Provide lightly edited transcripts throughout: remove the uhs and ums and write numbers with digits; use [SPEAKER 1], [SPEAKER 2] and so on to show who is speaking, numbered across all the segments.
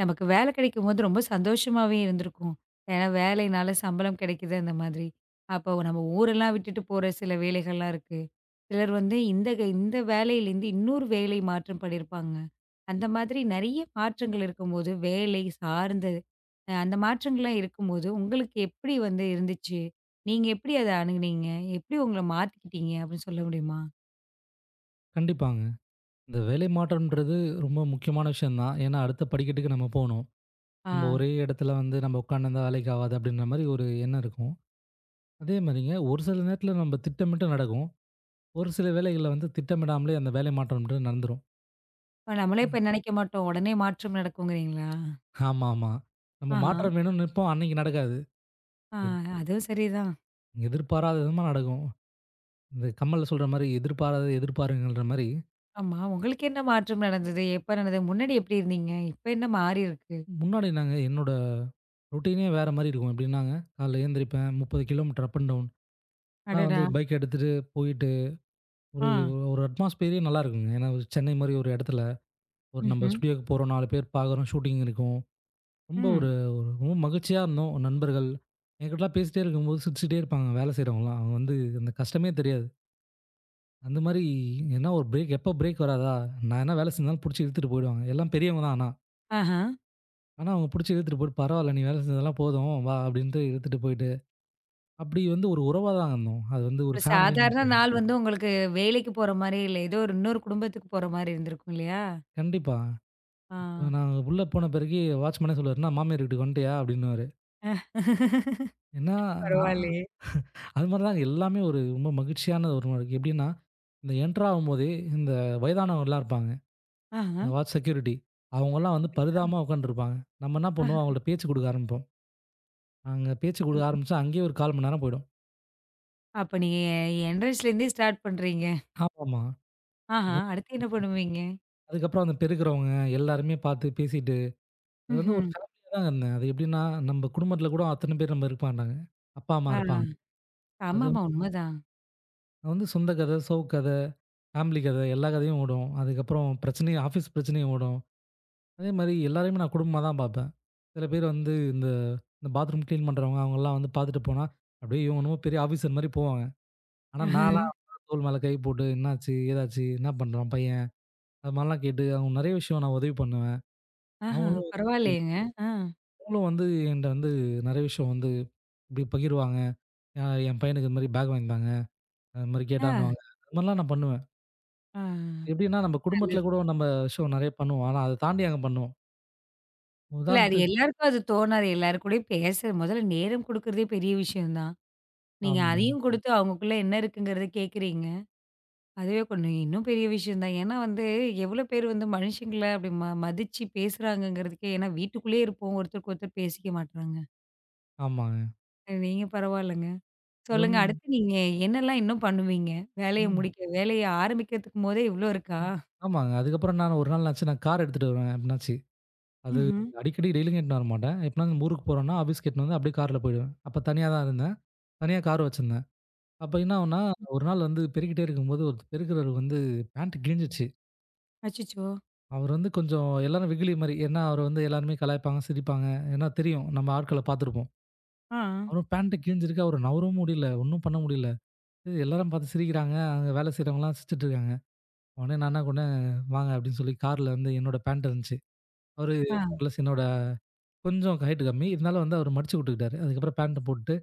[SPEAKER 1] நமக்கு வேலை கிடைக்கும்போது ரொம்ப சந்தோஷமாவே இருந்திருக்கும். ஏன்னா வேலையினால சம்பளம் கிடைக்குது அந்த மாதிரி. அப்போ நம்ம ஊரெல்லாம் விட்டுட்டு போற சில வேலைகள்லாம் இருக்கு. சிலர் வந்து இந்த இந்த வேலையிலேருந்து இன்னொரு வேலை மாற்றம் பண்ணியிருப்பாங்க. அந்த மாதிரி நெறைய மாற்றங்கள் இருக்கும்போது, வேலை சார்ந்தது அந்த மாற்றங்கள்லாம் இருக்கும்போது, உங்களுக்கு எப்படி வந்து இருந்துச்சு? நீங்க எப்படி அத அணுகுனீங்க? எப்படி உங்கள மாத்திக்கிட்டீங்க அப்படின்னு சொல்ல முடியுமா?
[SPEAKER 2] கண்டிப்பாங்க. இந்த வேலை மாற்றம்ன்றது ரொம்ப முக்கியமான விஷயம் தான். ஏன்னா அடுத்த படிக்கட்டுக்கு நம்ம போணும்.
[SPEAKER 1] ஆ.
[SPEAKER 2] நம்ம ஒரே இடத்துல வந்து நம்ம உட்கார்ந்திருந்தா வேலைக்கு ஆகாது அப்படின்ற மாரி ஒரு எண்ணம் இருக்கும். அதே மாரிங்க ஒரு சில நேரத்துல நம்ம திட்டமிட்டு நடக்கும். ஒரு சில வேலைகள்ல வந்து திட்டமிடாமலே அந்த வேலை மாற்றம்ன்றது நடந்துரும்.
[SPEAKER 1] இப்ப நம்மளே நெனைக்க மாட்டோம். உடனே மாற்றம் நடக்குங்கிறீங்களா?
[SPEAKER 2] ஆமாமா. நம்ம
[SPEAKER 1] ஆஹா.
[SPEAKER 2] மாற்றம் வேணும்னு நினைப்போம். அன்னைக்கு நடக்காது.
[SPEAKER 1] ஆ.
[SPEAKER 2] எத்
[SPEAKER 1] அதுவும் சரிதான்.
[SPEAKER 2] எதிர்பாராத விதமா நடக்கும். இந்த கமல்ல சொல்ற மாரி எதிர்பாராதத எதிர்பாருங்கன்ற மாரி,
[SPEAKER 1] ஆமா. உங்களுக்கு என்ன மாற்றம் நடந்தது? எப்ப நடந்தது? முன்னாடி எப்படி இருந்தீங்க? இப்ப என்ன மாறி இருக்கு?
[SPEAKER 2] முன்னாடி நாங்க என்னோட ரொட்டீனே வேற மாரி இருக்கும். எப்படின்னாங்க, காலைல எழுந்திரிப்பேன் 30 கிலோமீட்டர் அப் அண்ட் டவுன். ஆனா வந்து
[SPEAKER 1] அடடா!
[SPEAKER 2] பைக் எடுத்துட்டு போயிட்டு, ஒரு
[SPEAKER 1] ஆ.
[SPEAKER 2] ஒரு அட்மாஸ்பியரே நல்லா இருக்குங்க. ஏன்னா ஒரு சென்னை மாரி ஒரு இடத்துல, ஒரு நம்ம
[SPEAKER 1] ம்ஹ்ம்.
[SPEAKER 2] ஸ்டுடியோக்கு போறோம், 4 பேர் பார்க்குறோம், ஷூட்டிங் இருக்கும். ரொம்ப
[SPEAKER 1] ம்.
[SPEAKER 2] ஒரு ஒரு ரொம்ப மகிழ்ச்சியா இருந்தோம். நண்பர்கள் என்கிட்டலாம் பேசிட்டே இருக்கும்போது சிரிச்சுட்டே இருப்பாங்க வேலை செய்றவங்கலாம். அவங்க வந்து அந்த கஷ்டமே தெரியாது. அந்த மாரி ஏன்னா ஒரு பிரேக் எப்போ பிரேக் வராதா? நான் என்ன வேலை செஞ்சாலும் புடிச்சு இழுத்துட்டு போயிடுவாங்க. எல்லாம் பெரியவங்க தான் ஆனா.
[SPEAKER 1] ஆஹா.
[SPEAKER 2] ஆனா அவங்க புடிச்சு இழுத்துட்டு போயிட்டு, "பரவால்ல நீ வேலை செஞ்சதெல்லாம் போதும் வா" அப்படின்ட்டு இழுத்துட்டு போயிட்டு, அப்படி வந்து ஒரு உறவா தான் இருந்தோம். அது வந்து
[SPEAKER 1] ஒரு
[SPEAKER 2] ஒரு ஃபேமிலின்னு
[SPEAKER 1] சாதாரண
[SPEAKER 2] சொல்லலாம்.
[SPEAKER 1] நாள் வந்து உங்களுக்கு வேலைக்கு போற மாரி இல்ல. ஏதோ ஒரு இன்னொரு குடும்பத்துக்கு போற மாரி இருந்திருக்கும் இல்லையா?
[SPEAKER 2] கண்டிப்பா.
[SPEAKER 1] ஆ.
[SPEAKER 2] நான் உள்ள போன பிறகு வாட்ச்மேனே சொல்லுவாரு, "என்ன மாமியார் வீட்டுக்கு வந்துட்டியா?" அப்படின்னுவாரு. ஏன்னா, அ
[SPEAKER 1] பரவாயில்லையே!
[SPEAKER 2] அது மாரி தாங்க எல்லாமே ஒரு ரொம்ப மகிழ்ச்சியான ஒரு நாள் இருக்கு. எப்படின்னா, இந்த என்டர் ஆகும்போதே இந்த வயதானவங்கலாம் இருப்பாங்க.
[SPEAKER 1] ஆஹா.
[SPEAKER 2] இந்த வாட்ச் செக்யூரிட்டி. அவங்கலாம் வந்து
[SPEAKER 1] அப்படியா?
[SPEAKER 2] பரிதாபமா உட்காந்துருப்பாங்க. நம்ம என்ன
[SPEAKER 1] ஆஹா.
[SPEAKER 2] பண்ணுவோம், அவங்கள்ட்ட பேச்சு கொடுக்க ஆரம்பிப்போம். அங்க பேச்சு கொடுக்க
[SPEAKER 1] சரி.
[SPEAKER 2] ஆரம்பிச்சா, அங்கேயே ஒரு 1/4 மணி நேரம் போயிடும்.
[SPEAKER 1] அப்ப நீங்க என்ட்ரன்ஸ்லேருந்தே ஸ்டார்ட் பண்றீங்க.
[SPEAKER 2] ஆமாமா.
[SPEAKER 1] ஆஹா.
[SPEAKER 2] அது
[SPEAKER 1] அடுத்து என்ன பண்ணுவீங்க?
[SPEAKER 2] அதுக்கப்புறம் அந்த பெருக்கிறவங்க எல்லாருமே பார்த்து பேசிட்டு, அது வந்து ஒரு
[SPEAKER 1] ம்ஹ்ம்.
[SPEAKER 2] ஃபேமிலியா தாங்க இருந்தேன். அது எப்படின்னா, நம்ம குடும்பத்தில கூட அத்தன பேர் நம்ம இருக்க மாட்டாங்க. அப்பா, அம்மா
[SPEAKER 1] ஆ.
[SPEAKER 2] இருப்பாங்க. அது
[SPEAKER 1] ஆமாமா. உண்மதான்.
[SPEAKER 2] அது வந்து சொந்த கதை, சோக கதை ஃபேமிலி கதை, எல்லா கதையும் ஓடும். அதுக்கப்புறம் பிரச்சனையும் ஆஃபீஸ் பிரச்சனையும் ஓடும். அதே மாரி எல்லாரையுமே நான் குடும்பமா தான் பார்ப்பேன். சில பேர் வந்து இந்த இந்த பாத்ரூம் கிளீன் பண்றவங்க அவங்கலாம் வந்து பார்த்துட்டு போனா, அப்படியே இவன் என்னமோ பெரிய ஆஃபீசர் மாரி போவாங்க. ஆனா நான்லாம் அவங்க தோள் மேல கை போட்டு, "என்னாச்சு? ஏதாச்சு? என்ன பண்றான் பையன்?" அது மாரிலாம் கேட்டு அவங்க நெறைய விஷயம் நான் உதவி பண்ணுவேன்.
[SPEAKER 1] ஆஹா.
[SPEAKER 2] அவங்களும்
[SPEAKER 1] பரவாயில்லையேங்க. ஆ.
[SPEAKER 2] அவங்களும் வந்து என்ட்ட வந்து நெறைய விஷயம் வந்து இப்படி பகிருவாங்க. "அ என் பையனுக்கு இது மாரி பேக் வாங்கி தாங்க. அது மாரி
[SPEAKER 1] ஆ.
[SPEAKER 2] கேட்டான்னுவாங்க." அது மாரிலாம் நான் பண்ணுவேன்.
[SPEAKER 1] ஆ.
[SPEAKER 2] எப்படின்னா நம்ம குடும்பத்தில
[SPEAKER 1] நல்லது.
[SPEAKER 2] கூட நம்ம விஷயம் நெறைய பண்ணுவோம். ஆனா அத தாண்டி அங்க பண்ணுவோம்.
[SPEAKER 1] இல்ல. அது
[SPEAKER 2] உதாரணத்துக்கு
[SPEAKER 1] எல்லாருக்கும் அது தோணாது. எல்லார் கூடயும் பேச முதல்ல நேரம் குடுக்குறதே பெரிய விஷயம் தான். நீங்க
[SPEAKER 2] ஆமா,
[SPEAKER 1] அதையும் ம். குடுத்து அவங்களுக்குள்ள என்ன இருக்குங்கிறத கேட்குறீங்க. அதுவே கொஞ்சம் இன்னும் பெரிய விஷயம் தான். ஏன்னா வந்து எவ்வளோ பேர் வந்து மனுஷங்கள அப்படி மதிச்சு பேசுறாங்கங்கிறதுக்கே ஏன்னா வீட்டுக்குள்ளேயே இருப்போம். ஒருத்தருக்கு ஒருத்தர் பேசிக்க மாட்றாங்க.
[SPEAKER 2] ஆமாங்க.
[SPEAKER 1] நீங்க பரவாயில்லங்க.
[SPEAKER 2] அது வந்து
[SPEAKER 1] சொல்லுங்க அடுத்து நீங்க என்னெல்லாம் இன்னும் பண்ணுவீங்க? வேலைய
[SPEAKER 2] ம்.
[SPEAKER 1] முடிக்க வேலைய ஆரம்பிக்கிறதுக்கும் போதே இவ்ளோ இருக்கா?
[SPEAKER 2] ஆமாங்க. அதுக்கப்புறம் நான் ஒரு நாள் என்னாச்சு, நான் கார் எடுத்துட்டு வருவேன் எப்டினாச்சு. அது
[SPEAKER 1] ம்ஹ்ம்.
[SPEAKER 2] அடிக்கடி டெய்லியும் எட்டுன்னு வரமாட்டேன். எப்பனா இந்த ஊருக்கு போறோம்னா, ஆஃபீஸ்க்கு எட்டுன்னு வந்து அப்படியே கார்ல போயிடுவேன். அப்ப தனியா தான் இருந்தேன். தனியா கார் வச்சிருந்தேன். அப்ப என்ன ஆகும்னா, ஒரு நாள் வந்து பெருக்கிட்டே இருக்கும்போது, ஒரு பெருக்குறவர் வந்து பேண்ட் கிழிஞ்சிச்சு.
[SPEAKER 1] அச்சச்சோ!
[SPEAKER 2] அவர் வந்து கொஞ்சம் எல்லாரும் வெகுளி மாரி. ஏன்னா, அவர வந்து எல்லாருமே கலாய்ப்பாங்க, சிரிப்பாங்க. ஏன்னா தெரியும். நம்ம ஆட்கள பார்த்துருப்போம்.
[SPEAKER 1] ஆ,
[SPEAKER 2] அவரும் பேண்ட் கிழிஞ்சிருக்கு. அவர நவரவும் முடியல. ஒண்ணும் பண்ண முடியல. எல்லாரும் பார்த்து சிரிக்கிறாங்க. அங்க வேலை செய்றவங்கலாம் சிரிச்சுட்டு இருக்காங்க. உடனே நான் என்ன பண்ணேன், "வாங்க" அப்படின்னு சொல்லி கார்ல வந்து என்னோட பேண்ட் இருந்துச்சு. அவரு
[SPEAKER 1] ஆ,
[SPEAKER 2] பிளஸ் என்னோட கொஞ்சம் ஹைட் கம்மி. இருந்தாலும் வந்து அவரு மடிச்சு விட்டுக்கிட்டாரு. அதுக்கப்புறம் பேண்ட்ட போட்டுட்டு,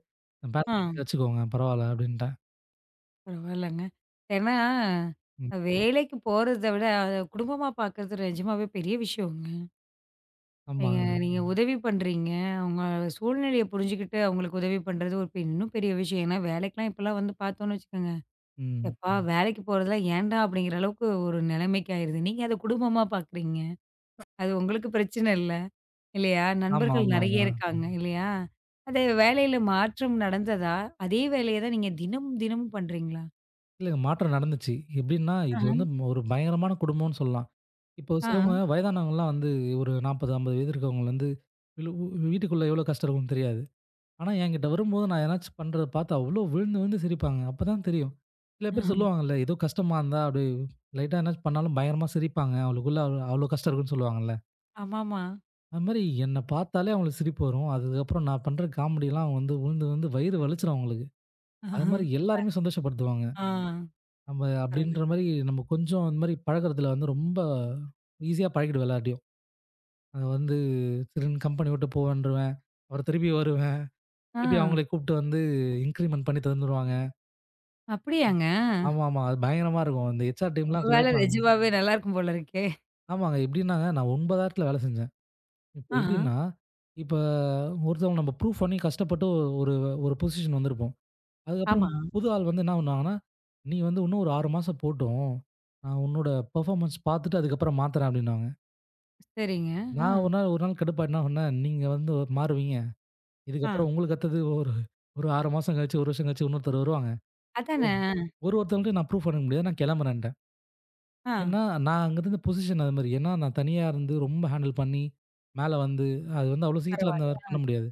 [SPEAKER 2] "பேண்ட்
[SPEAKER 1] ஆ.
[SPEAKER 2] நீங்களே வச்சுக்கோங்க, பரவால்ல" அப்படின்ட்டேன்.
[SPEAKER 1] பரவாயில்லங்க. ஏன்னா,
[SPEAKER 2] ம்.
[SPEAKER 1] வேலைக்கு போறத விட, அத குடும்பமா பார்க்குறது நிஜமாவே பெரிய விஷயங்க. நீங்க
[SPEAKER 2] ஆமாங்க.
[SPEAKER 1] நீங்க உதவி பண்றீங்க. அவங்க சூழ்நிலைய புரிஞ்சுகிட்டு அவங்களுக்கு உதவி பண்றது ஒரு இன்னும் பெரிய விஷயம். ஏன்னா வேலைக்கெல்லாம் இப்பலாம் வந்து பார்த்தோம்னு வச்சுக்கோங்க,
[SPEAKER 2] ம்.
[SPEAKER 1] "எப்பா ம். வேலைக்கு போறதெல்லாம் ஏன்டா?" அப்படிங்கிற அளவுக்கு ஒரு நிலைமைக்கு ஆயிருது. நீங்க அத குடும்பமா பார்க்குறீங்க. அது உங்களுக்கு பிரச்சனை இல்ல, இல்லையா?
[SPEAKER 2] ஆமா,
[SPEAKER 1] நண்பர்கள்
[SPEAKER 2] ஆமா,
[SPEAKER 1] நெறைய
[SPEAKER 2] ஆமா.
[SPEAKER 1] இருக்காங்க, இல்லையா? அதே வேலையில மாற்றம் நடந்ததா? அதே வேலைய தான் நீங்க தினமும், தினமும் பண்றீங்களா?
[SPEAKER 2] இல்லங்க மாற்றம் நடந்துச்சு. எப்படின்னா, இது
[SPEAKER 1] ஆஹ.
[SPEAKER 2] வந்து ஒரு பயங்கரமான குடும்பம்னு சொல்லலாம். இப்போ
[SPEAKER 1] ஆ,
[SPEAKER 2] சிலவங்க வயதானவங்கலாம் வந்து ஒரு 40, 50 வயது இருக்கவங்க வந்து, வீலு- வீட்டுக்குள்ள எவ்வளோ கஷ்டம் இருக்கும்னு தெரியாது. ஆனா, என்கிட்ட வரும்போது நான் எதனாச்சும் பண்றத பாத்து அவ்ளோ விழுந்து விழுந்து சிரிப்பாங்க. அப்பதான் தெரியும். சில பேர்
[SPEAKER 1] ஆ.
[SPEAKER 2] சொல்லுவாங்கல்ல, ஏதோ கஷ்டமா இருந்தா அப்படியே லைட்டா எதனாச்சும் பண்ணாலும் பயங்கரமா சிரிப்பாங்க. அவங்களுக்குள்ள அவ்ளோ கஷ்டம் இருக்குன்னு சொல்லுவாங்கல்ல.
[SPEAKER 1] ஆமாமா.
[SPEAKER 2] அது மாரி என்ன பாத்தாலே அவங்களுக்கு சிரிப்பு வரும். அதுக்கப்புறம் நான் பண்ற காமெடிலாம் அவங்க வந்து விழுந்து விழுந்து வயிறு வலிச்சிரும் அவங்களுக்கு. அது
[SPEAKER 1] ஆஹா,
[SPEAKER 2] மாரி
[SPEAKER 1] இவர்.
[SPEAKER 2] எல்லாருமே சந்தோஷப்படுத்துவாங்க.
[SPEAKER 1] ஆ.
[SPEAKER 2] நம்ம
[SPEAKER 1] பரவால்ல.
[SPEAKER 2] அப்படின்ற மாரி நம்ம கொஞ்சம் இந்த மாரி பழகுறதுல வந்து ரொம்ப ஈஸியா பழகிடுவேன் எல்லார்ட்டயும். அது வந்து சரின்னு கம்பெனி விட்டு போவேன்ருவேன். அப்புறம் திருப்பி வருவேன்.
[SPEAKER 1] ஆ,
[SPEAKER 2] திருப்பி அவங்களே கூப்ட்டு வந்து இன்கிரிமென்ட் பண்ணி தந்துருவாங்க.
[SPEAKER 1] அப்படியாங்க?
[SPEAKER 2] ஆமாமா. அது பயங்கரமா இருக்கும். இந்த ஹெச்ஆர்
[SPEAKER 1] உங்க
[SPEAKER 2] டீம்லாம்
[SPEAKER 1] வேலை
[SPEAKER 2] கலாய்ப்பாங்க.
[SPEAKER 1] நிஜமாவே நல்லா இருக்கும் போல இருக்கே.
[SPEAKER 2] ஆமாங்க. எப்படின்னாங்க, நான் 9 இடத்துல வேலை செஞ்சேன். இப்ப
[SPEAKER 1] ஆஹா,
[SPEAKER 2] எப்படின்னா, இப்ப ஒருத்தவங்க நம்ம ப்ரூஃப் பண்ணி கஷ்டப்பட்டு ஒரு ஒரு பொசிஷன் வந்திருப்போம். அதுக்கப்புறம்
[SPEAKER 1] ஆமா.
[SPEAKER 2] புது ஆள் வந்து என்ன பண்ணுவாங்கன்னா, "நீ வந்து இன்னும் ஒரு 6 மாசம் போட்டும். நான் உன்னோட பெர்ஃபார்மன்ஸ் பார்த்துட்டு அதுக்கப்புறம் மாத்துறேன்" அப்படின்னுவாங்க.
[SPEAKER 1] சரிங்க. ஆ,
[SPEAKER 2] நான் ஒரு நாள் கடுப்பாயிட்டு என்ன பண்ணேன், "நீங்க வந்து மாறுவீங்க.
[SPEAKER 1] ஆ.
[SPEAKER 2] இதுக்கப்புறம் உங்களுக்கு அடுத்தது ஒரு ஒரு 6 மாசம் கழிச்சு, 1 வருஷம் கழிச்சு இன்னொருத்தர் வருவாங்க. ஒ
[SPEAKER 1] அதானே!
[SPEAKER 2] ஒருத்தவங்கள்ட்டயும் நான் ப்ரூஃப் பண்ண முடியாது. நான் கிளம்புறேன்ட்டேன்."
[SPEAKER 1] ஆ.
[SPEAKER 2] ஏன்னா, நான் அங்க இருந்த பொசிஷன் அது மாரி. ஏன்னா, நான் தனியா இருந்து ரொம்ப ஹேண்டில் பண்ணி, மேல வந்து அது வந்து அவ்வளோ சீக்கிரத்துல அந்த
[SPEAKER 1] பரவால்ல.
[SPEAKER 2] மாதிரி பண்ண முடியாது.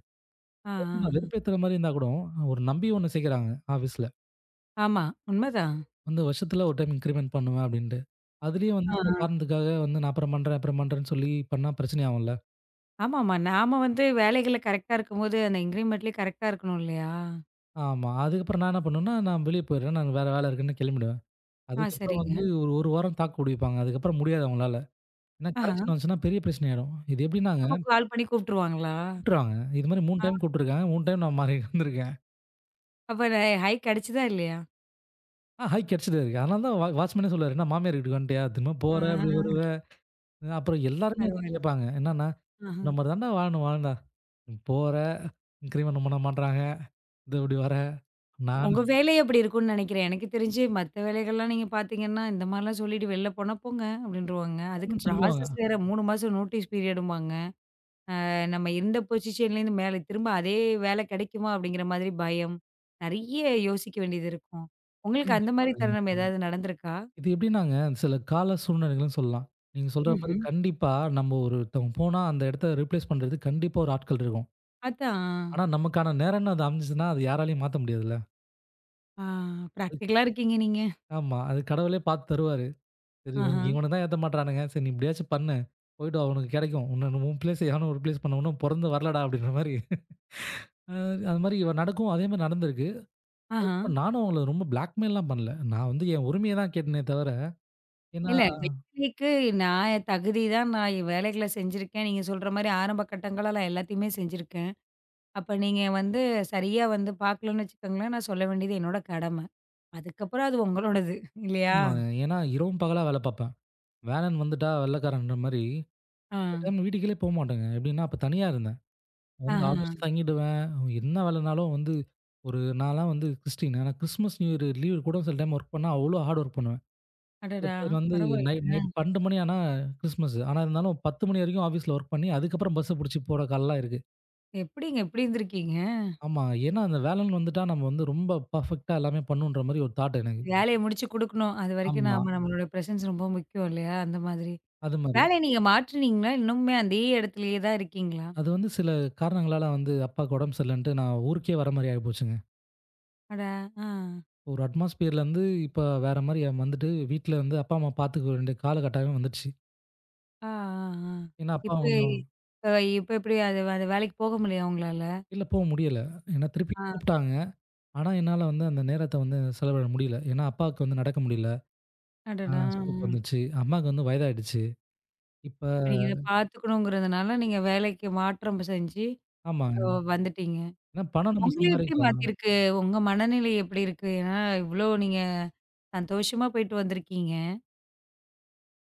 [SPEAKER 1] ஆ, ஆ,
[SPEAKER 2] நான்
[SPEAKER 1] ஆ.
[SPEAKER 2] வெறுப்பேத்துற மாரி இருந்தா கூட, ஒரு நம்பி ஒண்ணு சேர்க்குறாங்க ஆஃபீஸ்ல.
[SPEAKER 1] ஆமா, உண்மதான்.
[SPEAKER 2] வந்து வருஷத்துல ஒரு டைம் இன்கிரிமென்ட் பண்ணுவேன் அப்டின்ட்டு. அதுலயும் வந்து
[SPEAKER 1] ஆ,
[SPEAKER 2] சில
[SPEAKER 1] ஆ.
[SPEAKER 2] காரணத்துக்காக வந்து நான் அப்புறம் பண்றேன், அப்புறம் பண்றேன்னு சொல்லி பண்ணா பிரச்சனை ஆகும்ல.
[SPEAKER 1] ஆமாமா. நாம வந்து வேலைகள்ல கரெக்ட்டா இருக்கும்போது, அந்த இன்கிரிமெண்ட்லயும் கரெக்ட்டா இருக்கணும் இல்லையா?
[SPEAKER 2] ஆமா. அதுக்கப்புறம் நான் என்ன பண்ணுவேன்னா, நான் வெளிய போயிடுறேன். நான் வேற வேல இருக்குன்னு கிளம்பிடுவேன்.
[SPEAKER 1] ஆ,
[SPEAKER 2] அதுக்கப்புறம்
[SPEAKER 1] சரிங்க.
[SPEAKER 2] வந்து ஒரு 1 வாரம் தாக்கு பிடிப்பாங்க. அதுக்கப்புறம் முடியாது அவங்களால. ஏன்னா
[SPEAKER 1] ஆஹா,
[SPEAKER 2] கரெக்ஷன் வந்துச்சுன்னா பெரிய பிரச்சனை ஆயிடும். இது எப்டின்னாங்க
[SPEAKER 1] அப்போ கால் பண்ணி கூப்ட்டுருவாங்களா?
[SPEAKER 2] கூப்ட்டுருவாங்க. இது மாரி 3
[SPEAKER 1] ஆ.
[SPEAKER 2] டைம் கூப்ட்டுருக்காங்க. 3 டைம் நான் மாறி வந்திருக்கேன்.
[SPEAKER 1] அப்ப ஹைக் அடிச்சுதா இல்லையா?
[SPEAKER 2] ஆ ஹைக் கிடைச்சிட்டே இருக்கு. அதனால தான் வாட்ச்மேனே சொல்லுவாரு, "என்ன மாமியார் வீட்டுக்கு வந்துட்டியா? திரும்ப
[SPEAKER 1] ஆ,
[SPEAKER 2] போற, அப்படி வருவ." அப்புறம் எல்லாருமே இத
[SPEAKER 1] பரவால்ல.
[SPEAKER 2] கேட்பாங்க. என்னன்னா,
[SPEAKER 1] ஆஹ.
[SPEAKER 2] "உன்ன மாரி தான்டா வாழணும் வாழுடா. போற, இன்கிரிமெண்ட் பண்ண மாட்றாங்க. இது இப்படி வர, நானு"
[SPEAKER 1] உங்க வேலை அப்படி இருக்கும்னு நினைக்கிறேன். எனக்கு தெரிஞ்சு மத்த வேலைகள்லாம் நீங்க பார்த்தீங்கன்னா, இந்த மாரிலாம் சொல்லிட்டு வெளில போனா போங்க அப்படின்ருவாங்க. அதுக்கு
[SPEAKER 2] சொல்லுவாங்க.
[SPEAKER 1] ப்ராசஸ் வேற 3 மாசம் நோட்டீஸ் பீரியடும்பாங்க. நம்ம இருந்த பொசிஷன்லேருந்து மேல திரும்ப அதே வேலை கிடைக்குமா அப்படிங்கிற மாதிரி பயம். நெறைய யோசிக்க வேண்டியது இருக்கும். உங்களுக்கு அந்த மாரி
[SPEAKER 2] கண்டிப்பாங்க.
[SPEAKER 1] தருணம் ம். ஏதாவது நடந்திருக்கா?
[SPEAKER 2] இது எப்படின்னாங்க, சில கால சூழ்நிலைகள்னு சொல்லலாம். நீங்க சொல்ற மாரி
[SPEAKER 1] ம்ஹ்ம்.
[SPEAKER 2] கண்டிப்பா நம்ம ஒருத்தவங்க போனா அந்த இடத்த ரீப்ளேஸ் பண்றதுக்கு கண்டிப்பா ஒரு ஆட்கள் இருக்கும்.
[SPEAKER 1] அதான்.
[SPEAKER 2] ஆனா நமக்கான நேரம்னு அது அமைஞ்சுச்சுன்னா, அது யாராலயும் மாத்த முடியாதுல்ல.
[SPEAKER 1] ஆ. பிராக்டிகலா இருக்கீங்க நீங்க.
[SPEAKER 2] ஆமா. அது கடவுளே பார்த்து தருவாரு. சரி
[SPEAKER 1] ஆஹா,
[SPEAKER 2] உனக்கு இவன தான் ஏத்த மாட்றானுங்க. சரி நீ எப்படியாச்சும் பண்ணு. போயிட்டு வா உனக்கு கெடைக்கும். உன்ன உன் பிளேஸ எவனும் ஒரு பிளேஸ் பண்ண உன்னும் பொறந்து வரலடா அப்படின்ற மாரி. அ அது மாரி நடக்கும். அதே மாரி நடந்திருக்கு.
[SPEAKER 1] ஆஹா.
[SPEAKER 2] அப்புறம் நானும் அவங்கள ரொம்ப பிளாக்மெயில்லாம் பண்ணல. நான் வந்து என் உரிமைய தான் கேட்டேனே தவிர, ஏன்னா
[SPEAKER 1] இல்ல வேலைக்கு நான் தகுதி தான் நான் வேலைகள செஞ்சிருக்கேன். நீங்க சொல்ற மாரி ஆரம்ப கட்டங்கள்ல எல்லாத்தையுமே செஞ்சிருக்கேன். அப்ப நீங்க வந்து சரியா வந்து பார்க்கலன்னு வச்சுக்கோங்களேன், நான் சொல்ல வேண்டியது என்னோட கடமை. அதுக்கப்புறம் அது உங்களோடது இல்லையா?
[SPEAKER 2] ஆமா. ஏன்னா இரவும் பகலா வேல பாப்பேன். வேலன் வந்துட்டா வெள்ளைக்காரன்ற மாரி
[SPEAKER 1] ஆ.
[SPEAKER 2] சில டைம் வீட்டுக்குள்ளே போமாட்டேங்க. எப்படின்னா அப்ப தனியா இருந்தேன். வந்து
[SPEAKER 1] ஆஹா.
[SPEAKER 2] ஆஃபீஸ்ல தங்கிடுவேன். என்ன வேலைனாலும் வந்து ஒரு நான்லாம் வந்து கிறிஸ்டின். ஆனா கிறிஸ்துமஸ், நியூ இயர் லீவ் கூட சில டைம் வொர்க் பண்ணா அவ்ளோ ஹார்ட் வொர்க் பண்ணுவேன். சில
[SPEAKER 1] அடடா!
[SPEAKER 2] பேர் வந்து நைட் நைட்
[SPEAKER 1] பரவாயில்லைங்க.
[SPEAKER 2] 12 மணி ஆனா கிறிஸ்மஸ். ஆனா இருந்தாலும் 10 மணி வரைக்கும் ஆஃபீஸ்ல வொர்க் பண்ணி, அதுக்கப்புறம் பஸ்ஸ புடிச்சு போற காலம்லாம் இருக்கு.
[SPEAKER 1] எப்படிங்க இப்படி இருந்திருக்கீங்க?
[SPEAKER 2] ஆமா. ஏன்னா அந்த வேலைன்னு வந்துட்டா நம்ம வந்து ரொம்ப பெர்ஃபெக்ட்டா எல்லாமே பண்ணணுன்ற மாரி ஒரு தாட் எனக்கு.
[SPEAKER 1] வேலைய முடிச்சு குடுக்கணும். அதுவரைக்கும்
[SPEAKER 2] ஆமா.
[SPEAKER 1] நாம நம்மளோட பிரசன்ஸ் ரொம்ப முக்கியம் இல்லையா? அந்த மாதிரி.
[SPEAKER 2] அது மாரி.
[SPEAKER 1] வேலைய நீங்க மாற்றுனீங்களா? இன்னுமே அதே இடத்துலயே தான் இருக்கீங்களா?
[SPEAKER 2] அது வந்து சில காரணங்களால வந்து அப்பாவுக்கு உடம்பு சரியில்லன்ட்டு நான் ஊருக்கே வர மாரி ஆயிப்போச்சுங்க.
[SPEAKER 1] அட! ஆ.
[SPEAKER 2] ஒரு அட்மாஸ்பியர்லேருந்து இப்ப வேற மாரி வந்துட்டு வீட்ல வந்து அப்பா, அம்மா பாத்துக்க வேண்டிய காலகட்டாயம் வந்துடுச்சு.
[SPEAKER 1] ஆ, ஆ, ஆ.
[SPEAKER 2] ஏன்னா அப்பா
[SPEAKER 1] இப்ப
[SPEAKER 2] கொஞ்சம்
[SPEAKER 1] இப்ப இப்ப எப்படி அது அந்த வேலைக்கு போக முடியலையா உங்களால?
[SPEAKER 2] வெளில போக முடியல. ஏன்னா திருப்பி
[SPEAKER 1] ஆ.
[SPEAKER 2] கூப்பிட்டாங்க. ஆனா என்னால வந்து அந்த நேரத்த வந்து செலவிட முடியல. ஏன்னா அப்பாவுக்கு வந்து நடக்க முடியல.
[SPEAKER 1] அடடா!
[SPEAKER 2] ஸ்ட்ரோக் வந்துச்சு. அம்மாவுக்கு வந்து வயதாயிடுச்சு. இப்ப
[SPEAKER 1] இப்ப நீங்க இத பார்த்துக்கணுங்கிறதுனால, நீங்க வேலைக்கு மாற்றம் செஞ்சு
[SPEAKER 2] ஆமா.
[SPEAKER 1] அ
[SPEAKER 2] ம்.
[SPEAKER 1] வந்துட்டீங்க.
[SPEAKER 2] ஏன்னா பணம் நம்ம
[SPEAKER 1] உங்கள எப்படி
[SPEAKER 2] சம்பாரிக்கலாம்.
[SPEAKER 1] மாத்திருக்கு? உங்க மனநிலை எப்படி இருக்கு? ஏன்னா, இவ்ளோ நீங்க சந்தோஷமா போயிட்டு வந்திருக்கீங்க,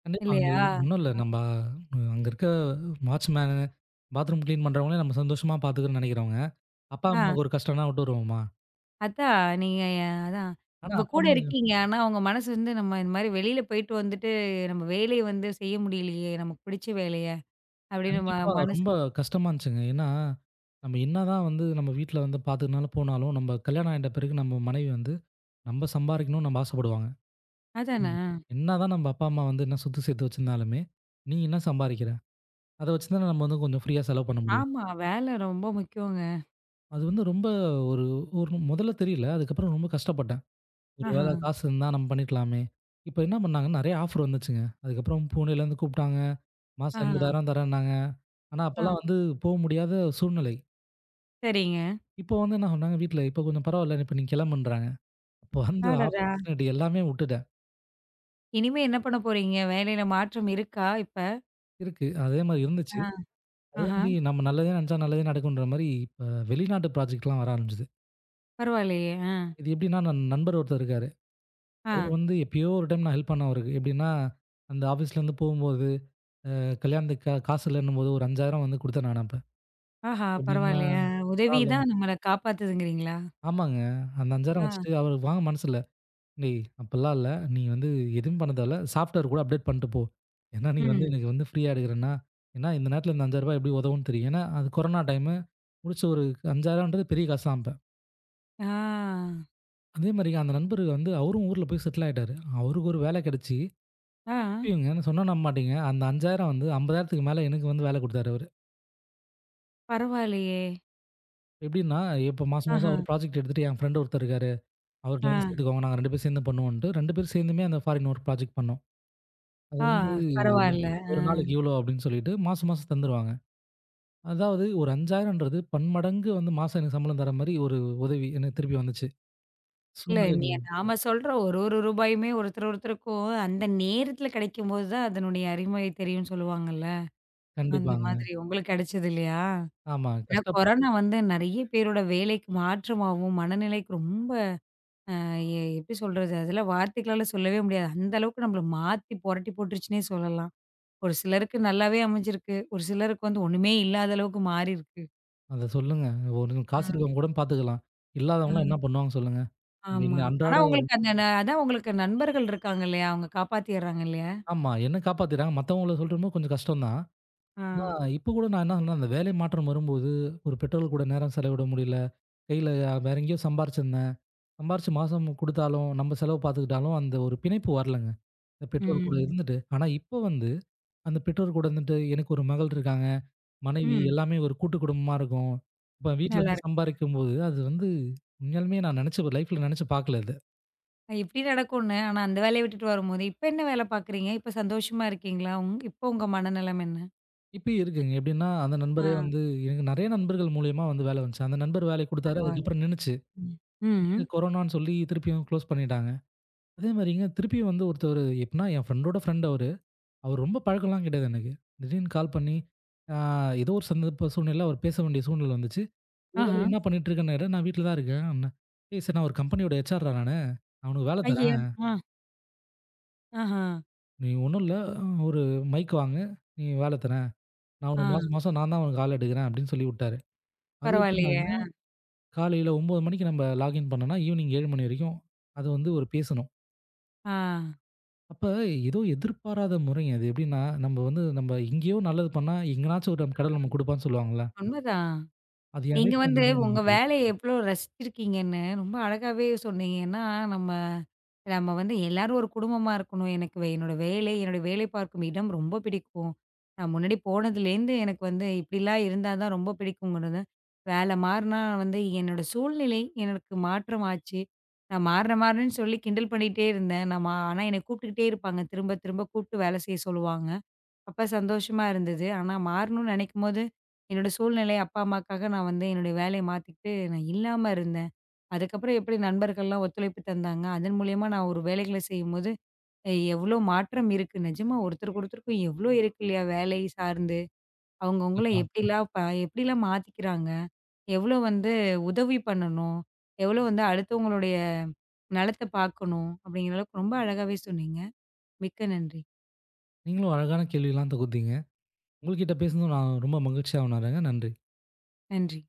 [SPEAKER 2] கண்டிப்பா அங்க
[SPEAKER 1] இல்லையா?
[SPEAKER 2] ஒண்ணும் இல்ல. நம்ம அங்க இருக்க வாட்ச்மேனு, பாத்ரூம் கிளீன் பண்றவங்கள நம்ம சந்தோஷமா பாத்துக்கணும்னு நெனைக்கிறவங்க, அப்பா,
[SPEAKER 1] ஆ
[SPEAKER 2] அம்மாவுக்கு ஒரு கஷ்டம்னா விட்டுருவோமா?
[SPEAKER 1] அதான் நீங்க அதான்
[SPEAKER 2] ஆனா
[SPEAKER 1] இப்ப
[SPEAKER 2] அப்பா,
[SPEAKER 1] கூட
[SPEAKER 2] அம்மாவுக்கு
[SPEAKER 1] இருக்கீங்க. ஆனா, உங்க மனசு வந்து நம்ம இந்த மாரி வெளியில போயிட்டு வந்துட்டு, நம்ம வேலைய வந்து செய்ய முடியலையே, நமக்கு பிடிச்ச வேலைய அப்படின்னு
[SPEAKER 2] கண்டிப்பா
[SPEAKER 1] மனசு
[SPEAKER 2] ரொம்ப கஷ்டமா இருந்துச்சுங்க. ஏன்னா, நம்ம என்னதான் வந்து நம்ம வீட்ல வந்து பாத்துக்குனாலும் போனாலும், நம்ம கல்யாணம் ஆயிட்ட பிறகு நம்ம மனைவி வந்து, நம்ம சம்பாரிக்கணும்னு நம்ம ஆசைப்படுவாங்க. ம்.
[SPEAKER 1] அதானே!
[SPEAKER 2] என்னதான் நம்ம அப்பா, அம்மா வந்து என்ன சொத்து சேர்த்து வச்சிருந்தாலுமே, "நீ என்ன சம்பாரிக்கிற? அத வச்சு தானே நம்ம வந்து கொஞ்சம் ஃப்ரீயா செலவு பண்ண முடியும்."
[SPEAKER 1] ஆமா. வேலை ரொம்ப முக்கியங்க.
[SPEAKER 2] அது வந்து ரொம்ப ஒரு ஒரு முதல்ல தெரியல. அதுக்கப்புறம் ரொம்ப கஷ்டப்பட்டேன். ஒரு
[SPEAKER 1] ஆஹா,
[SPEAKER 2] வேளை காசு இருந்தா நம்ம பண்ணிக்கலாமே! இப்ப என்ன பண்ணாங்க, நெறைய ஆஃபர் வந்துச்சுங்க. அதுக்கப்புறம் புனேலேருந்து கூப்பிட்டாங்க. மாசம்
[SPEAKER 1] ஆஹா,
[SPEAKER 2] 80,000 தரேன்னாங்க. ஆனா,
[SPEAKER 1] ஆ
[SPEAKER 2] அப்பலாம் வந்து போ முடியாத சூழ்நிலை.
[SPEAKER 1] சரிங்க.
[SPEAKER 2] இப்போ வந்து என்ன சொன்னாங்க வீட்ல, "இப்ப கொஞ்சம் பரவால்ல. இப்ப நீ கிளம்புன்றாங்க." அப்போ வந்து
[SPEAKER 1] அடடா!
[SPEAKER 2] ஆப்பர்ச்சுனிட்டி எல்லாமே விட்டுட்டேன்.
[SPEAKER 1] இனிமே என்ன பண்ண போறீங்க? வேலையில மாற்றம் இருக்கா இப்ப?
[SPEAKER 2] இருக்கு. அதே மாரி இருந்துச்சு.
[SPEAKER 1] ஆ.
[SPEAKER 2] அதே
[SPEAKER 1] ஆஹா,
[SPEAKER 2] மாரி நம்ம நல்லதே நெனச்சா நல்லதே நடக்குன்ற மாரி, இப்ப வெளிநாட்டு ப்ராஜெக்ட்லாம் வர ஆரம்பிச்சது.
[SPEAKER 1] பரவாயில்லையே! ஆ,
[SPEAKER 2] இது எப்படின்னா, நான் நண்பர் ஒருத்தர் இருக்காரு.
[SPEAKER 1] ஆ.
[SPEAKER 2] அவரு வந்து எப்பயோ ஒரு டைம் நான் ஹெல்ப் பண்ணேன் அவருக்கு. எப்படின்னா, அந்த ஆஃபீஸ்லேருந்து போம்போது, அ கல்யாணத்துக்கு காசு இல்லன்னும்போது ஒரு 5,000 வந்து குடுத்தேன் நானு அப்ப.
[SPEAKER 1] ஆஹா,
[SPEAKER 2] எப்படின்னா
[SPEAKER 1] பரவாயில்லையே! ஆ உதவி
[SPEAKER 2] ஆளு-
[SPEAKER 1] தான் நம்மள காப்பாத்துதுங்கிறீங்களா?
[SPEAKER 2] ஆமாங்க. அந்த 5,000
[SPEAKER 1] ஆ,
[SPEAKER 2] வச்சுட்டு அவருக்கு வாங்க மனசு இல்ல. "டேய்! அப்பலாம் இல்ல. நீ வந்து எதுவும் பண்ண தேவல்ல. சாஃப்ட்வேர் கூட அப்டேட் பண்ட்டு போ. ஏன்னா, நீ வந்து
[SPEAKER 1] ம்.
[SPEAKER 2] எனக்கு வந்து ஃப்ரீயா எடுக்குறேன்னா, ஏன்னா இந்த நேரத்துல இந்த ரூ. 5,000 எப்படி உதவும்னு தெரியும்." ஏன்னா, அது கொரோனா டைமு. முடிச்ச ஒரு 5000ன்றது பெரிய காசு தான் அப்ப.
[SPEAKER 1] ஆ,
[SPEAKER 2] அதே மாரி அந்த நண்பர் வந்து அவரும் ஊர்ல போய் செட்டில் ஆயிட்டாரு. அவருக்கு ஒரு வேல கெடச்சு
[SPEAKER 1] ஆ.
[SPEAKER 2] திருப்பியுங்க நான் சொன்னா நம்ப மாட்டீங்க. அந்த 5,000 வந்து 50,000க்கு மேல எனக்கு வந்து வேல குடுத்தாரு அவரு.
[SPEAKER 1] பரவாயில்லையே!
[SPEAKER 2] எப்படின்னா, இப்ப மாசம் மாசம்
[SPEAKER 1] ஆஹா,
[SPEAKER 2] அவரு ப்ராஜெக்ட் எடுத்துட்டு என் ஃப்ரெண்ட் ஒருத்தர் இருக்காரு.
[SPEAKER 1] ஆ,
[SPEAKER 2] அவர்ட்ட வந்து சேர்த்துக்கோங்க. நாங்க 2 பேரும் சேர்ந்து பண்ணுவோன்ட்டு, 2 பேரும் சேர்ந்துமே அந்த ஃபாரின் ஒர்க் ப்ராஜெக்ட் பண்ணோம். அது
[SPEAKER 1] ஆ.
[SPEAKER 2] வந்து
[SPEAKER 1] பரவால்ல. ஆ.
[SPEAKER 2] ஒரு நாளைக்கு இவ்ளோ அப்படின்னு சொல்லிட்டு மாசம் மாசம் தந்துருவாங்க. அதாவது ஒரு 5,000ன்றது பன்மடங்கு வந்து மாசம் எனக்கு சம்பளம் தர மாரி ஒரு உதவி எனக்கு திருப்பி வந்துச்சு.
[SPEAKER 1] இல்ல நீ
[SPEAKER 2] சூழ்நிலைகள்
[SPEAKER 1] நாம சொல்ற ஒரு ஒரு ரூபாயுமே ஒருத்தர் ஒருத்தருக்கும் அந்த நேரத்துல கிடைக்கும்போது தான் அதனுடைய அருமை தெரியும்னு சொல்லுவாங்கல்ல. அந்த
[SPEAKER 2] கண்டிப்பாங்க.
[SPEAKER 1] மாதிரி உங்களுக்கு கிடைச்சது இல்லையா?
[SPEAKER 2] ஆமா.
[SPEAKER 1] ஏன்னா கொரோனா வந்து நெறைய பேரோட வேலைக்கு மாற்றமாவும், மனநிலைக்கு ரொம்ப எப்படி சொல்றது? அதெல்லாம் வார்த்தைகளால சொல்லவே முடியாது. அந்த அளவுக்கு நம்மள மாத்தி புரட்டி போட்டுருச்சுன்னே சொல்லலாம். ஒரு சிலருக்கு நல்லாவே அமைஞ்சிருக்கு. ஒரு சிலருக்கு வந்து ஒண்ணுமே இல்லாத அளவுக்கு மாறிருக்கு.
[SPEAKER 2] அத சொல்லுங்க. ஒரு
[SPEAKER 1] ஆ,
[SPEAKER 2] காசு இருக்கவங்க கூட பார்த்துக்கலாம். இல்லாதவங்கலாம்
[SPEAKER 1] ஆ.
[SPEAKER 2] என்ன பண்ணுவாங்க சொல்லுங்க? அந்த
[SPEAKER 1] ஆமா.
[SPEAKER 2] இன்ன
[SPEAKER 1] ஆனா
[SPEAKER 2] அன்றாட
[SPEAKER 1] உங்களுக்கு அந்த அதான் உங்களுக்கு நண்பர்கள் இருக்காங்க இல்லையா? அவங்க காப்பாத்திர்றாங்க இல்லையா?
[SPEAKER 2] ஆமா. என்ன காப்பாத்திறாங்க. மத்தவங்கள சொல்றமோ கொஞ்சம் கஷ்டம் தான்.
[SPEAKER 1] ஆ.
[SPEAKER 2] ஆ இப்ப கூட நான் என்ன சொன்னேன், அந்த வேலை மாற்றம் வரும்போது, ஒரு பெற்றோர்கள் கூட நேரம் செலவிட முடியல. கையில வேற எங்கேயோ சம்பாரிச்சிருந்தேன். சம்பாரிச்சு மாசம் குடுத்தாலும், நம்ம செலவு பார்த்துக்கிட்டாலும், அந்த ஒரு பிணைப்பு வரலங்க. அந்த பெற்றோர் கூட
[SPEAKER 1] ம்.
[SPEAKER 2] இருந்துட்டு. ஆனா இப்ப வந்து, அந்த பெற்றோர் கூட இருந்துட்டு, எனக்கு ஒரு மகள் இருக்காங்க. மனைவி
[SPEAKER 1] ம்.
[SPEAKER 2] எல்லாமே ஒரு கூட்டு குடும்பமா இருக்கும். இப்ப வீட்ல இருந்து
[SPEAKER 1] நல்லாருக்கு.
[SPEAKER 2] சம்பாரிக்கும்போது, அது வந்து உண்மையாலுமே நான் நினைச்சு லைஃப்ல நினைச்சு பார்க்கல இது.
[SPEAKER 1] இப்படி நடக்கும்னு, ஆனா அந்த வேலைய விட்டுட்டு வரும்போது, இப்ப என்ன வேலை பாக்குறீங்க? இப்ப சந்தோஷமா இருக்கீங்களா? உங் இப்ப உங்க மனநலம் என்ன?
[SPEAKER 2] இப்பயும் இருக்குங்க. எப்படின்னா, அந்த
[SPEAKER 1] ஆ.
[SPEAKER 2] நண்பரே வந்து எனக்கு நெறைய நண்பர்கள் மூலியமா வந்து வேலை வந்துச்சு. அந்த நண்பர் வேலை குடுத்தாரு.
[SPEAKER 1] பரவால்ல.
[SPEAKER 2] அதுக்கப்புறம் நின்னுச்சு.
[SPEAKER 1] ம்.
[SPEAKER 2] இங்க
[SPEAKER 1] ம்.
[SPEAKER 2] கொரோனான்னு சொல்லி திருப்பியும் க்ளோஸ் பண்ணிட்டாங்க. அதே மாரிங்க திருப்பியும் வந்து ஒருத்தரு எப்டின்னா என் ஃப்ரெண்டோட ஃப்ரெண்ட் அவரு. அவரு ரொம்ப பழக்கம்லாம் கிடையாது எனக்கு. திடீர்னு கால் பண்ணி ஆ ஏதோ ஒரு சந்தர்ப்ப சூழ்நிலையில அவர் பேச வேண்டிய சூழ்நிலை வந்துச்சு.
[SPEAKER 1] ஆஹா.
[SPEAKER 2] அதுக்கப்புறம் என்ன பண்ணிட்டு இருக்கேன்னு கேட்டா, "நான் வீட்ல தான் இருக்கேன்" அப்டினேன். "ஏய் சார் நான் ஒரு கம்பெனியோட ஹெச்ஆர்ரா நானு. நான் உனக்கு வேல
[SPEAKER 1] ஐய!
[SPEAKER 2] தரேன்.
[SPEAKER 1] ஆ. ஆஹா.
[SPEAKER 2] நீ ஒண்ணும் இல்ல ஒரு மைக் வாங்கு. நீ வேல தரேன். நான்
[SPEAKER 1] ஆ.
[SPEAKER 2] உனக்கு மாசம் மாசம் நான் தான் உனக்கு ஆள் எடுக்குறேன்" அப்டின்னு சொல்லி விட்டாரு. அது
[SPEAKER 1] பரவாயில்லையே!
[SPEAKER 2] எப்டின்னாங்க, காலையில 9 மணிக்கு நம்ம லாகின் பண்ணோம்னா, ஈவினிங் 7 மணி வரைக்கும் அது வந்து ஒரு பேசணும்.
[SPEAKER 1] ஆ.
[SPEAKER 2] அப்ப ஏதோ எதிர்பாராத முறைங்க அது. எப்படின்னா, நம்ம வந்து நம்ம எங்கேயோ நல்லது பண்ணா, எங்கனாச்சும் ஒரு கடவுள் நமக்கு குடுப்பான்னு சொல்லுவாங்கல்ல.
[SPEAKER 1] உண்மதான்.
[SPEAKER 2] அது என்
[SPEAKER 1] நீங்க
[SPEAKER 2] லைஃப்ல
[SPEAKER 1] வந்து
[SPEAKER 2] நிறைய
[SPEAKER 1] உங்க
[SPEAKER 2] நடந்திருக்கு.
[SPEAKER 1] வேலைய எவ்ளோ ரசிச்சிருக்கீங்கன்னு ரொம்ப அழகாவே சொன்னீங்க. ஏன்னா, நம்ம நம்ம வந்து எல்லாரும் ஒரு குடும்பமா இருக்கணும். எனக்கு என்னோட வேலை, என்னோட வேலை பார்க்கும் இடம் ரொம்ப பிடிக்கும். நான் முன்னாடி போனதுலேருந்து எனக்கு வந்து இப்படிலாம் இருந்தா தான் ரொம்ப பிடிக்குங்கிறது. வேலை மாறுனா வந்து என்னோட சூழ்நிலை எனக்கு மாற்றம் ஆச்சு. நான் மாறுறேன் மாறுறேன்னு சொல்லி கிண்டல் பண்ணிட்டே இருந்தேன். நான் மா ஆனா என்னை கூப்பிட்டுக்கிட்டே இருப்பாங்க. திரும்ப திரும்ப கூப்பிட்டு வேலை செய்ய சொல்லுவாங்க. அப்ப சந்தோஷமா இருந்தது. ஆனா மாறணும்னு நெனைக்கும்போது, என்னோட சூழ்நிலை அப்பா, அம்மாக்காக நான் வந்து என்னுடைய வேலைய மாத்திக்கிட்டு நான் இல்லாம இருந்தேன். அதுக்கப்புறம் எப்படி நண்பர்கள்லாம் ஒத்துழைப்பு தந்தாங்க. அதன் மூலியமா நான் ஒரு வேலைகள செய்யும்போது, எவ்ளோ மாற்றம் இருக்கு. நிஜமா ஒருத்தருக்கு ஒருத்தருக்கும் எவ்ளோ இருக்கு இல்லையா? வேலை சார்ந்து. அவங்கவங்கள
[SPEAKER 2] கண்டிப்பா.
[SPEAKER 1] எப்படிலாம் மாத்திக்கிறாங்க. எவ்ளோ வந்து உதவி பண்ணணும். எவ்ளோ வந்து அடுத்தவங்களுடைய நலத்த பார்க்கணும். அப்படிங்கிற அளவுக்கு ரொம்ப அழகாவே சொன்னீங்க. மிக்க நன்றி.
[SPEAKER 2] நீங்களும் அழகான கேள்விலாம் தொகுத்தீங்க. உங்கள்கிட்ட பேசுனது நான் ரொம்ப மகிழ்ச்சியா உணர்றேங்க. நன்றி.
[SPEAKER 1] நன்றி.